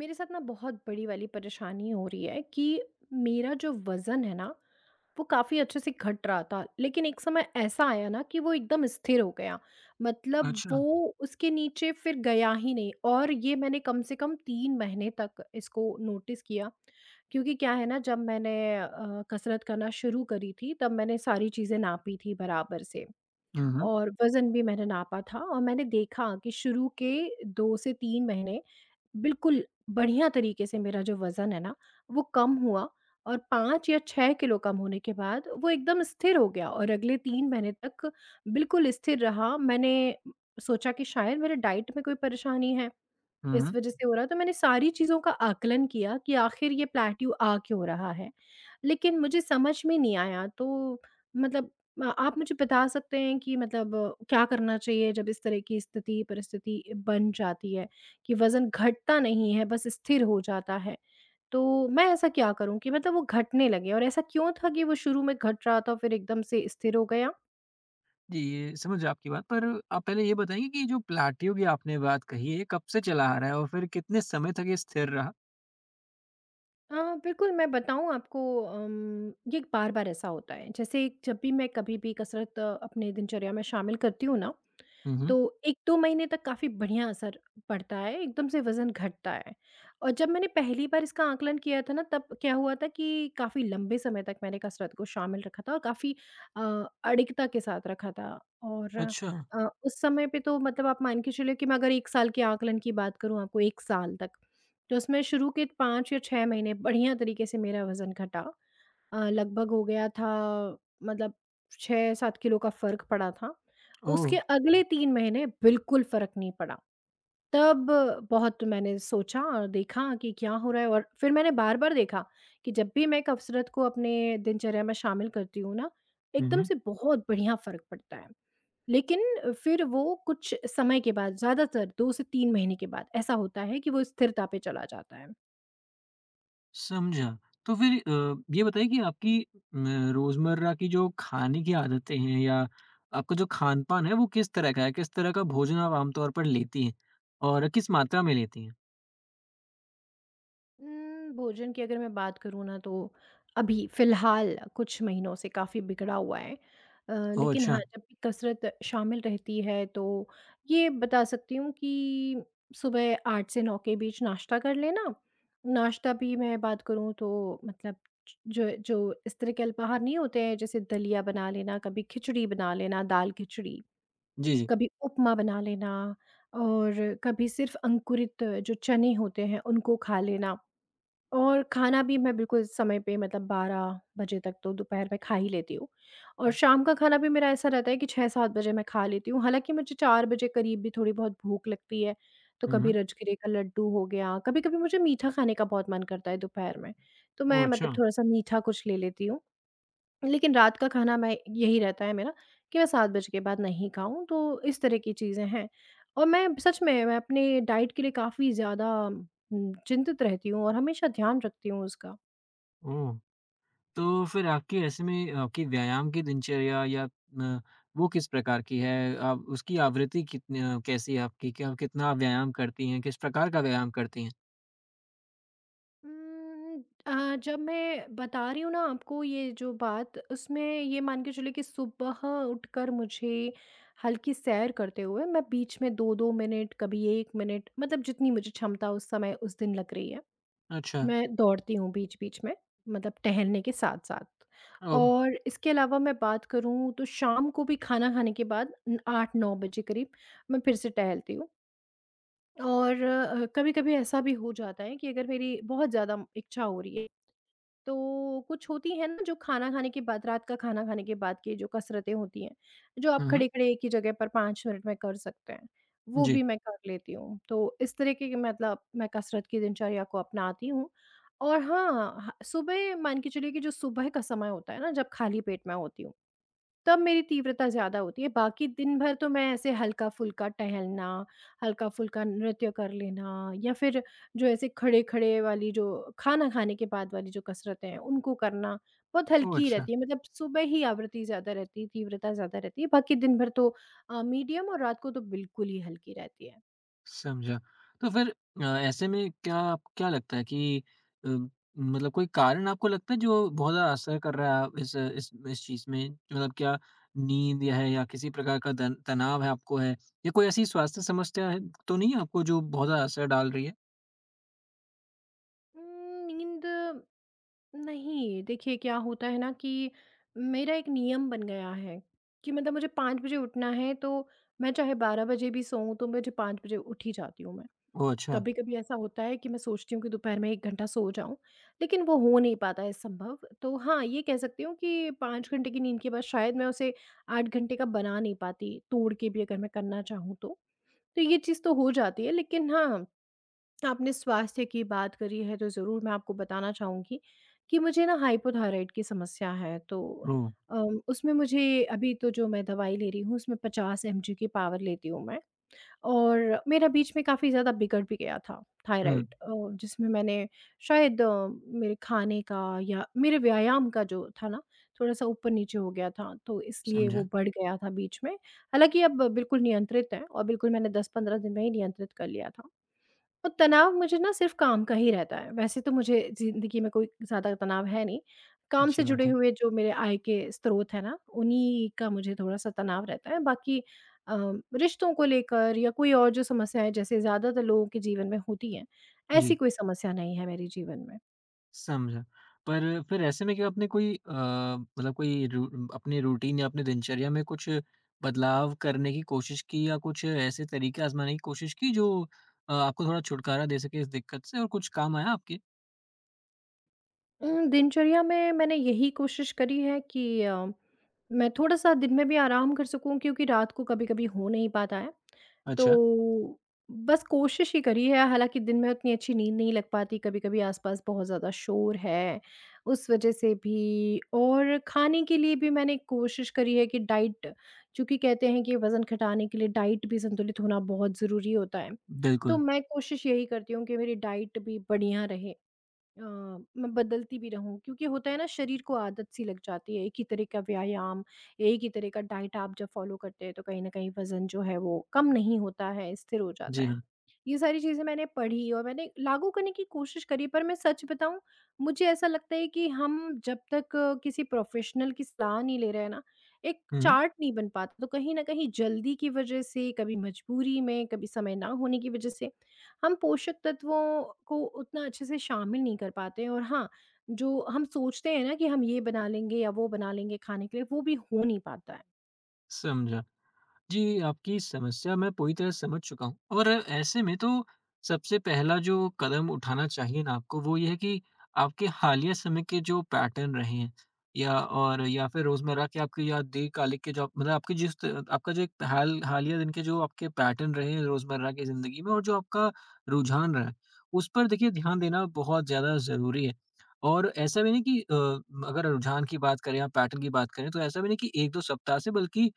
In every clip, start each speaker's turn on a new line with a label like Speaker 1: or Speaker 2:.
Speaker 1: मेरे साथ ना बहुत बड़ी वाली परेशानी हो रही है कि मेरा जो वज़न है ना, वो काफ़ी अच्छे से घट रहा था। लेकिन एक समय ऐसा आया ना कि वो एकदम स्थिर हो गया। मतलब वो
Speaker 2: अच्छा।
Speaker 1: उसके नीचे फिर गया ही नहीं, और ये मैंने कम से कम 3 महीने तक इसको नोटिस किया। क्योंकि क्या है ना, जब मैंने कसरत करना शुरू करी थी, तब मैंने सारी चीज़ें नापी थी बराबर से।
Speaker 2: हुँ, हुँ।
Speaker 1: और वज़न भी मैंने नापा था, और मैंने देखा कि शुरू के 2 से 3 महीने बिल्कुल बढ़िया तरीके से मेरा जो वज़न है ना, वो कम हुआ, और 5 या 6 किलो कम होने के बाद वो एकदम स्थिर हो गया, और अगले 3 महीने तक बिल्कुल स्थिर रहा। मैंने सोचा कि शायद मेरे डाइट में कोई परेशानी है,
Speaker 2: हुँ,
Speaker 1: इस
Speaker 2: हुँ।
Speaker 1: वज़ह से हो रहा है। तो मैंने सारी चीज़ों का आकलन किया कि आखिर ये प्लेट्यू आ क्यों रहा है? लेकिन मुझे समझ में नहीं आया। तो मतलब आप मुझे बता सकते हैं कि मतलब क्या करना चाहिए जब इस तरह की स्थिति, परिस्थिति बन जाती है कि वज़न घटता नहीं है, बस स्थिर हो जाता है? तो मैं ऐसा क्या करूँ कि मतलब वो घटने लगे, और ऐसा क्यों था कि वो शुरू में घट रहा था फिर एकदम से स्थिर हो गया?
Speaker 2: जी, ये समझ रहा आपकी बात पर आप पहले ये बताएँगे कि जो प्लाटियो की आपने बात कही है, ये कब से चला आ रहा है और फिर कितने समय तक ये स्थिर रहा?
Speaker 1: अ, बिल्कुल, मैं बताऊँ आपको। ये बार-बार ऐसा होता है। जैसे जब भी मैं कभी भी कसरत अपने दिनचर्या में शामिल करती हूँ ना,
Speaker 2: हुँ,
Speaker 1: तो
Speaker 2: हुँ।
Speaker 1: 1-2 महीने तक काफ़ी बढ़िया असर पड़ता है, एकदम से वज़न घटता है। और जब मैंने पहली बार इसका आकलन किया था ना, तब क्या हुआ था कि काफ़ी लंबे समय तक मैंने कसरत को शामिल रखा था, और काफ़ी अ, अडिगता के साथ रखा था। और
Speaker 2: अच्छा।
Speaker 1: उस समय पे तो मतलब आप मान के चलिए कि मैं अगर 1 साल के आकलन की बात करूँ आपको, 1 साल तक, तो उसमें शुरू के 5 या 6 महीने बढ़िया तरीके से मेरा वज़न घटा। लगभग हो गया था, मतलब 6-7 किलो का फ़र्क पड़ा था।
Speaker 2: ओह!
Speaker 1: उसके अगले 3 महीने बिल्कुल फ़र्क नहीं पड़ा। तब बहुत मैंने सोचा और देखा कि क्या हो रहा है, और फिर मैंने बार-बार देखा कि जब भी मैं कसरत को अपने दिनचर्या में शामिल करती हूँ ना,
Speaker 2: हुँ,
Speaker 1: एकदम
Speaker 2: हुँ।
Speaker 1: से बहुत बढ़िया फ़र्क पड़ता है। लेकिन फिर वो कुछ समय के बाद, ज़्यादातर 2 से 3 महीने के बाद, ऐसा होता है कि वो स्थिरता पे चला जाता है।
Speaker 2: समझा। तो फिर ये बताइए कि आपकी म रोज़मर्रा की जो खाने की आदतें हैं या आपका जो खान-पान है वो किस तरह का है? किस तरह का भोजन आप आम तौर पर लेती हैं? और किस मात्रा में लेती हैं?
Speaker 1: भोजन की अगर मैं बात करूँ ना, तो अभी फ़िलहाल कुछ महीनों से काफ़ी बिगड़ा हुआ है।
Speaker 2: ओह!
Speaker 1: लेकिन
Speaker 2: अच्छा।
Speaker 1: हाँ, जब भी कसरत शामिल रहती है, तो ये बता सकती हूँ कि सुबह 8 से 9 के बीच नाश्ता कर लेना। नाश्ता भी मैं बात करूँ तो मतलब जो जो इस तरह के अल्पाहार नहीं होते हैं, जैसे दलिया बना लेना, कभी खिचड़ी बना लेना, दाल खिचड़ी,
Speaker 2: जी, जी।
Speaker 1: कभी उपमा बना लेना, और कभी सिर्फ़ अंकुरित जो चने होते हैं उनको खा लेना। और खाना भी मैं बिल्कुल समय पे, मतलब 12 बजे तक तो दोपहर में खा ही लेती हूँ। और शाम का खाना भी मेरा ऐसा रहता है कि 6-7 बजे मैं खा लेती हूँ। हालाँकि मुझे 4 बजे करीब भी थोड़ी बहुत भूख लगती है, तो
Speaker 2: हुँ,
Speaker 1: कभी
Speaker 2: हुँ।
Speaker 1: राजगिरे का लड्डू हो गया, कभी-कभी मुझे मीठा खाने का बहुत मन करता है दोपहर में, तो
Speaker 2: ओह!
Speaker 1: मैं
Speaker 2: अच्छा।
Speaker 1: मतलब थोड़ा-सा मीठा कुछ ले लेती हूँ। लेकिन रात का खाना मैं यही रहता है मेरा कि मैं 7 बजे के बाद नहीं खाऊँ, तो इस तरह की चीज़ें हैं। और मैं सच में मैं अपने डाइट के लिए काफ़ी ज़्यादा चिंतित रहती हूँ, और हमेशा ध्यान रखती हूँ उसका।
Speaker 2: ओह! तो फिर आपकी ऐसे में आपकी व्यायाम की दिनचर्या या वो किस प्रकार की है? आप उसकी आवृत्ति कितनी कैसी है आपकी? क्या कितना आप कितना व्यायाम करती हैं? किस प्रकार का व्यायाम करती हैं?
Speaker 1: जब मैं बता रही हूँ ना आपको ये जो बात, उसमें ये मान के चलिए कि सुबह उठकर मुझे हल्की सैर करते हुए मैं बीच में 2-2 मिनट, कभी 1 मिनट, मतलब जितनी मुझे क्षमता उस समय उस दिन लग रही है।
Speaker 2: अच्छा।
Speaker 1: मैं दौड़ती हूँ बीच-बीच में, मतलब टहलने के साथ-साथ।
Speaker 2: ओह!
Speaker 1: और इसके अलावा मैं बात करूँ तो शाम को भी खाना खाने के बाद 8-9 बजे करीब मैं फिर से टहलती हूँ। और कभी-कभी ऐसा भी हो जाता है कि अगर मेरी बहुत ज़्यादा इच्छा हो रही है, तो कुछ होती हैं ना जो खाना खाने के बाद, रात का खाना खाने के बाद की जो कसरतें होती हैं, जो आप
Speaker 2: हुँ, हुँ।
Speaker 1: खड़े-खड़े एक ही जगह पर 5 मिनट में कर सकते हैं, वो
Speaker 2: जी।
Speaker 1: भी मैं कर लेती हूँ। तो इस तरीके की मतलब मैं कसरत की दिनचर्या को अपनाती हूँ। और हाँ, ह सुबह मान के चलिए कि जो सुबह का समय होता है ना, जब खाली पेट मैं होती हूँ, तब मेरी तीव्रता ज़्यादा होती है। बाकी दिन भर तो मैं ऐसे हल्का-फुल्का टहलना, हल्का-फुल्का नृत्य कर लेना, या फिर जो ऐसे खड़े-खड़े वाली जो खाना खाने के बाद वाली जो कसरतें हैं, उनको करना, बहुत
Speaker 2: ओह!
Speaker 1: हल्की
Speaker 2: अच्छा।
Speaker 1: रहती है। मतलब सुबह ही आवृत्ति ज़्यादा रहती है, तीव्रता ज़्यादा रहती है, बाकी दिन भर तो मीडियम, और रात को तो बिल्कुल ही हल्की रहती है।
Speaker 2: समझा। तो फिर ऐसे में क्या लगता है कि अ, मतलब कोई कारण आपको लगता है जो बहुत ज़्यादा असर कर रहा है आप इस चीज़ में? मतलब क्या नींद या है या किसी प्रकार का तन तनाव है आपको है या कोई ऐसी स्वास्थ्य समस्या है तो नहीं है आपको जो बहुत ज़्यादा असर डाल रही है?
Speaker 1: नींद नहीं, देखिए क्या होता है ना कि मेरा एक नियम बन गया है कि मतलब मुझे 5 बजे उठना है, तो मैं चाहे 12 बजे भी सोऊँ, तो मुझे 5 बजे उठ ही जाती हूँ मैं।
Speaker 2: ओह! अच्छा।
Speaker 1: कभी-कभी ऐसा होता है कि मैं सोचती हूँ कि दोपहर में 1 घंटा सो जाऊँ, लेकिन वो हो नहीं पाता है संभव। तो हाँ, ये कह सकती हूँ कि 5 घंटे की नींद के बाद शायद मैं उसे 8 घंटे का बना नहीं पाती, तोड़ के भी अगर मैं करना चाहूँ तो। तो ये चीज़ तो हो जाती है। लेकिन हाँ, आपने स्वास्थ्य की बात करी है, तो ज़रूर मैं आपको बताना चाहूँगी कि मुझे ना हाइपोथायराइड की समस्या है, तो
Speaker 2: ओह!
Speaker 1: उसमें मुझे अभी तो जो मैं दवाई ले रही हूँ उसमें 50 एमजी की पावर लेती हूँ मैं, और मेरा बीच में काफ़ी ज़्यादा बिगड़ भी गया था
Speaker 2: हुँ,
Speaker 1: थायराइड, जिसमें मैंने शायद मेरे खाने का या मेरे व्यायाम का जो था ना थोड़ा सा ऊपर नीचे हो गया था, तो इसलिए वो
Speaker 2: समझा।
Speaker 1: बढ़ गया था बीच में। हालांकि अब बिल्कुल नियंत्रित है, और बिल्कुल मैंने 10-15 दिन में ही नियंत्रित कर लिया था। तो तनाव मुझे ना सिर्फ़ काम का ही रहता है। वैसे तो मुझे ज़िंदगी में कोई ज़्यादा तनाव है नहीं। काम से
Speaker 2: अच्छी
Speaker 1: जुड़े
Speaker 2: बात है।
Speaker 1: हुए जो मेरे आय के स्रोत हैं ना, उन्हीं का मुझे थोड़ा-सा तनाव रहता है। बाकी अ, रिश्तों को लेकर या कोई और जो समस्याएँ जैसे ज़्यादातर लोगों के जीवन में होती हैं, ऐसी
Speaker 2: जी।
Speaker 1: कोई समस्या नहीं है मेरे जीवन में।
Speaker 2: समझा। पर फिर ऐसे में क्या आपने कोई मतलब कोई रू अपने रूटीन या अपने दिनचर्या में कुछ बदलाव करने की कोशिश की या कुछ ऐसे तरीके आज़माने की कोशिश की जो आपको थोड़ा छुटकारा दे सके इस दिक्कत से और कुछ काम आया आपके?
Speaker 1: दिनचर्या में मैंने यही कोशिश करी है कि मैं थोड़ा-सा दिन में भी आराम कर सकूँ, क्योंकि रात को कभी-कभी हो नहीं पाता है।
Speaker 2: अच्छा।
Speaker 1: तो बस कोशिश ही करी है, हालाँकि दिन में उतनी अच्छी नींद नहीं लग पाती, कभी-कभी आस-पास बहुत ज़्यादा शोर है, उस वजह से भी। और खाने के लिए भी मैंने कोशिश करी है कि डाइट, चूँकि कहते हैं कि वज़न घटाने के लिए डाइट भी संतुलित होना बहुत ज़रूरी होता है। तो
Speaker 2: बिल्कुल।
Speaker 1: मैं कोशिश यही करती हूँ कि मेरी डाइट भी बढ़िया रहे। अ, मैं बदलती भी रहूँ, क्योंकि होता है ना शरीर को आदत सी लग जाती है, एक ही तरह का व्यायाम, एक ही तरह का डाइट आप जब फॉलो करते हैं, तो कहीं ना कहीं वजन जो है वो कम नहीं होता है, स्थिर हो जाता
Speaker 2: जी
Speaker 1: है।
Speaker 2: हाँ।
Speaker 1: ये सारी चीज़ें मैंने पढ़ी और मैंने लागू करने की कोशिश करी, पर मैं सच बताऊं, मुझे ऐसा लगता है कि हम जब तक किसी प्रोफेशनल की सलाह नहीं ले रहे हैं ना, एक
Speaker 2: हुँ, हुँ।
Speaker 1: चार्ट नहीं बन पाता, तो कहीं ना कहीं जल्दी की वजह से, कभी मजबूरी में, कभी समय ना होने की वजह से, हम पोषक तत्वों को उतना अच्छे से शामिल नहीं कर पाते हैं। और हाँ, जो हम सोचते हैं ना कि हम ये बना लेंगे या वो बना लेंगे खाने के लिए, वो भी हो नहीं पाता है।
Speaker 2: समझा। जी, आपकी समस्या मैं पूरी तरह समझ चुका हूँ और ऐसे में तो सबसे पहला जो कदम उठाना चाहिए ना आपको वो ये है कि आपके हालिया समय के जो पैटर्न रहे हैं या फिर रोज़मर्रा के आपके या दीर्घकालिक के जो आप मतलब आपके जिस त आपका जो एक हालिया दिन के जो आपके पैटर्न रहे हैं रोज़मर्रा की ज़िंदगी में और जो आपका रुझान रहा है, उस पर देखिए ध्यान देना बहुत ज़्यादा ज़रूरी है। और ऐसा भी नहीं कि अगर रुझान की बात करें या पैटर्न की बात करें तो ऐसा भी नहीं कि 1-2 सप्ताह से बल्कि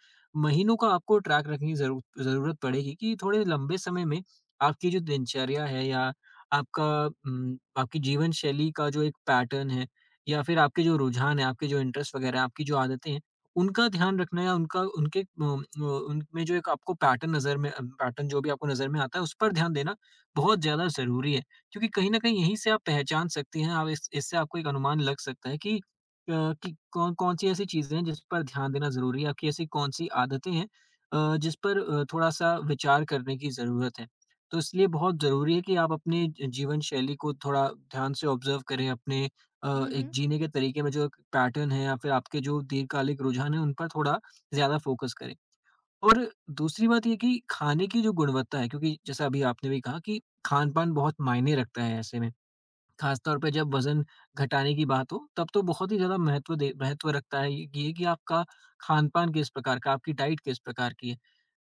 Speaker 2: महीनों का आपको ट्रैक रखने की ज़रूरत पड़ेगी कि थोड़े लंबे समय में आपकी जो दिनचर्या है या आपकी जीवन शैली का जो एक पैटर्न है या फिर आपके जो रुझान है, आपके जो इंटरेस्ट वगैरह हैं, आपकी जो आदतें हैं, उनका ध्यान रखना या उनका उनके अ अ, उनमें जो एक आपको पैटर्न जो भी आपको नज़र में आता है, उस पर ध्यान देना बहुत ज़्यादा ज़रूरी है। क्योंकि कहीं न कहीं यहीं से आप पहचान सकते हैं, आप इस इससे आपको एक अनुमान लग सकता है कि कि कौन कौन सी ऐसी चीज़ें हैं जिस पर ध्यान देना ज़रूरी है? आपकी ऐसी कौन सी आदतें हैं जिस पर थोड़ा-सा विचार करने की ज़रूरत है? तो इसलिए बहुत ज़रूरी है कि आप अपने ज जीवन शैली को थोड़ा ध्यान से ऑब्ज़र्व करें, अपने
Speaker 1: हुँ, हुँ।
Speaker 2: एक जीने के तरीके में जो एक पैटर्न है या फिर आपके जो दीर्घकालिक रुझान हैं, उन पर थोड़ा ज़्यादा फ़ोकस करें। और दूसरी बात ये कि खाने की जो गुणवत्ता है क्योंकि जैसा अभी आपने भी कहा कि खान-पान बहुत मायने रखता है ऐसे में। खासतौर पे जब वज़न घटाने की बात हो, तब तो बहुत ही ज़्यादा महत्व रखता है ये कि आपका खान-पान किस प्रकार का, आपकी डाइट किस प्रकार की है।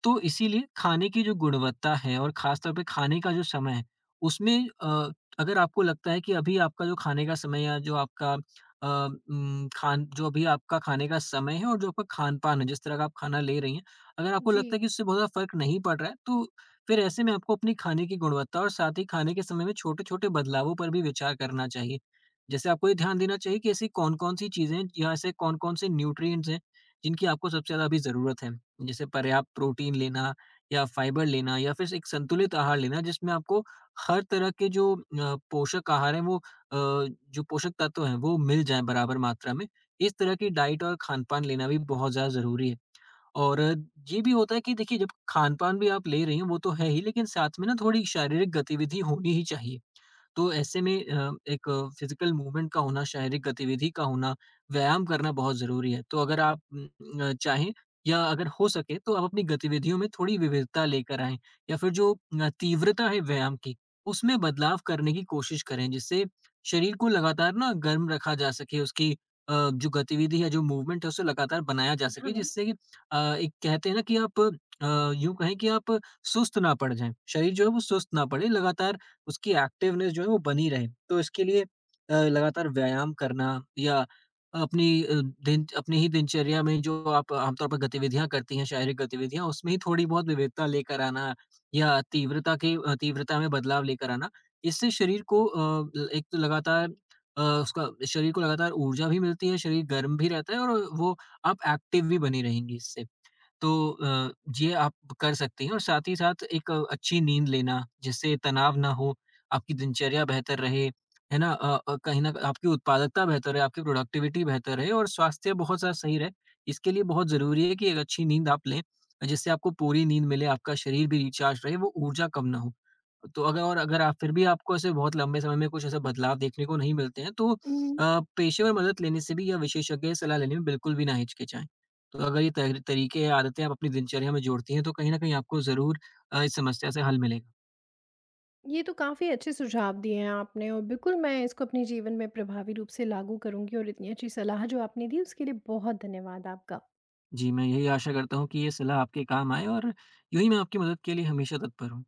Speaker 2: तो इसीलिए खाने की जो गुणवत्ता है और खासतौर पे खाने का जो समय है, उसमें अगर आपको लगता है कि अभी आपका जो खाने का समय या जो अभी आपका खाने का समय है और जो आपका खान-पान है, जिस तरह का आप खाना ले रही हैं, अगर आपको
Speaker 1: जी।
Speaker 2: लगता है कि उससे बहुत ज़्यादा फ़र्क नहीं पड़ रहा है, तो फिर ऐसे में आपको अपनी खाने की गुणवत्ता और साथ ही खाने के समय में छोटे-छोटे बदलावों पर भी विचार करना चाहिए। जैसे आपको ये ध्यान देना चाहिए कि ऐसी कौन-कौन सी चीज़ें हैं या ऐसे कौन-कौन से न्यूट्रिएंट्स हैं, जिनकी आपको सबसे ज़्यादा अभी ज़रूरत है। जैसे पर्याप्त प्रोटीन लेना या फाइबर लेना या फिर एक संतुलित आहार लेना जिसमें आपको हर तरह के जो अ, पोषक आहार हैं वो अ, जो पोषक तत्व हैं वो मिल जाएँ बराबर मात्रा में। इस तरह की डाइट और खान-पान लेना भी बहुत ज़्यादा ज़रूरी है। और ये भी होता है कि देखिए जब खान-पान भी आप ले रही हैं वो तो है ही लेकिन साथ में ना थोड़ी शारीरिक गतिविधि होनी ही चाहिए। तो ऐसे में एक फिजिकल मूवमेंट का होना, शारीरिक गतिविधि का होना, व्यायाम करना बहुत ज़रूरी है। तो अगर आप चाहें या अगर हो सके तो आप अपनी गतिविधियों में थोड़ी विविधता लेकर आएँ या फिर जो तीव्रता है व्यायाम की, उसमें बदलाव करने की कोशिश करें, जिससे शरीर को लगातार ना गर्म रखा जा सके, उसकी अ, जो गतिविधि है, जो मूवमेंट है, उसे लगातार बनाया जा सके,
Speaker 1: हाँ।
Speaker 2: जिससे कि एक कहते हैं ना कि आप यूँ कहें कि आप सुस्त ना पड़ जाएँ। शरीर जो है वो सुस्त ना पड़े, लगातार उसकी एक्टिवनेस जो है वो बनी रहे। तो इसके लिए लगातार व्यायाम करना या अपनी अ, दिन अपनी ही दिनचर्या में जो आप आमतौर पर गतिविधियाँ करती हैं, शारीरिक गतिविधियाँ, उसमें ही थोड़ी बहुत विविधता लेकर आना या तीव्रता में बदलाव लेकर आना, इससे शरीर को अ, ल एक तो लगातार उसका शरीर को लगातार ऊर्जा भी मिलती है, शरीर गर्म भी रहता है और वो आप एक्टिव भी बनी रहेंगी इससे। तो ये आप कर सकती हैं और साथ ही साथ एक अच्छी नींद लेना, जिससे तनाव ना हो, आपकी दिनचर्या बेहतर रहे, है ना? कहीं न आपकी उत्पादकता बेहतर रहे, आपकी प्रोडक्टिविटी बेहतर रहे और स्वास्थ्य बहुत सा सही रहे। इसके लिए बहुत ज़रूरी है कि एक अच्छी नींद आप लें, जिससे आपको पूरी नींद मिले, आपका शरीर भी रिचार्ज रहे, वो ऊर्जा कम ना हो। तो अगर आप फिर भी आपको ऐसे बहुत लंबे समय में कुछ ऐसे बदलाव देखने को नहीं मिलते हैं, तो
Speaker 1: उम,
Speaker 2: पेशेवर मदद लेने से भी या विशेषज्ञ से सलाह लेने में बिल्कुल भी ना हिचकिचाएँ। तो अगर ये तर तरीके या आदतें आप अपनी दिनचर्या में जोड़ती हैं, तो कहीं न कहीं आपको ज़रूर इस समस्या से हल मिलेगा।
Speaker 1: ये तो काफ़ी अच्छे सुझाव दिए हैं आपने, और बिल्कुल मैं इसको अपने जीवन में प्रभावी रूप से लागू करूँगी, और इतनी अच्छी सलाह जो आपने दी उसके लिए बहुत धन्यवाद आपका।
Speaker 2: जी, मैं यही आशा करता हूँ कि ये सलाह आपके काम आए और यूँ ही मैं आपकी मदद के लिए हमेशा तत्पर हूँ।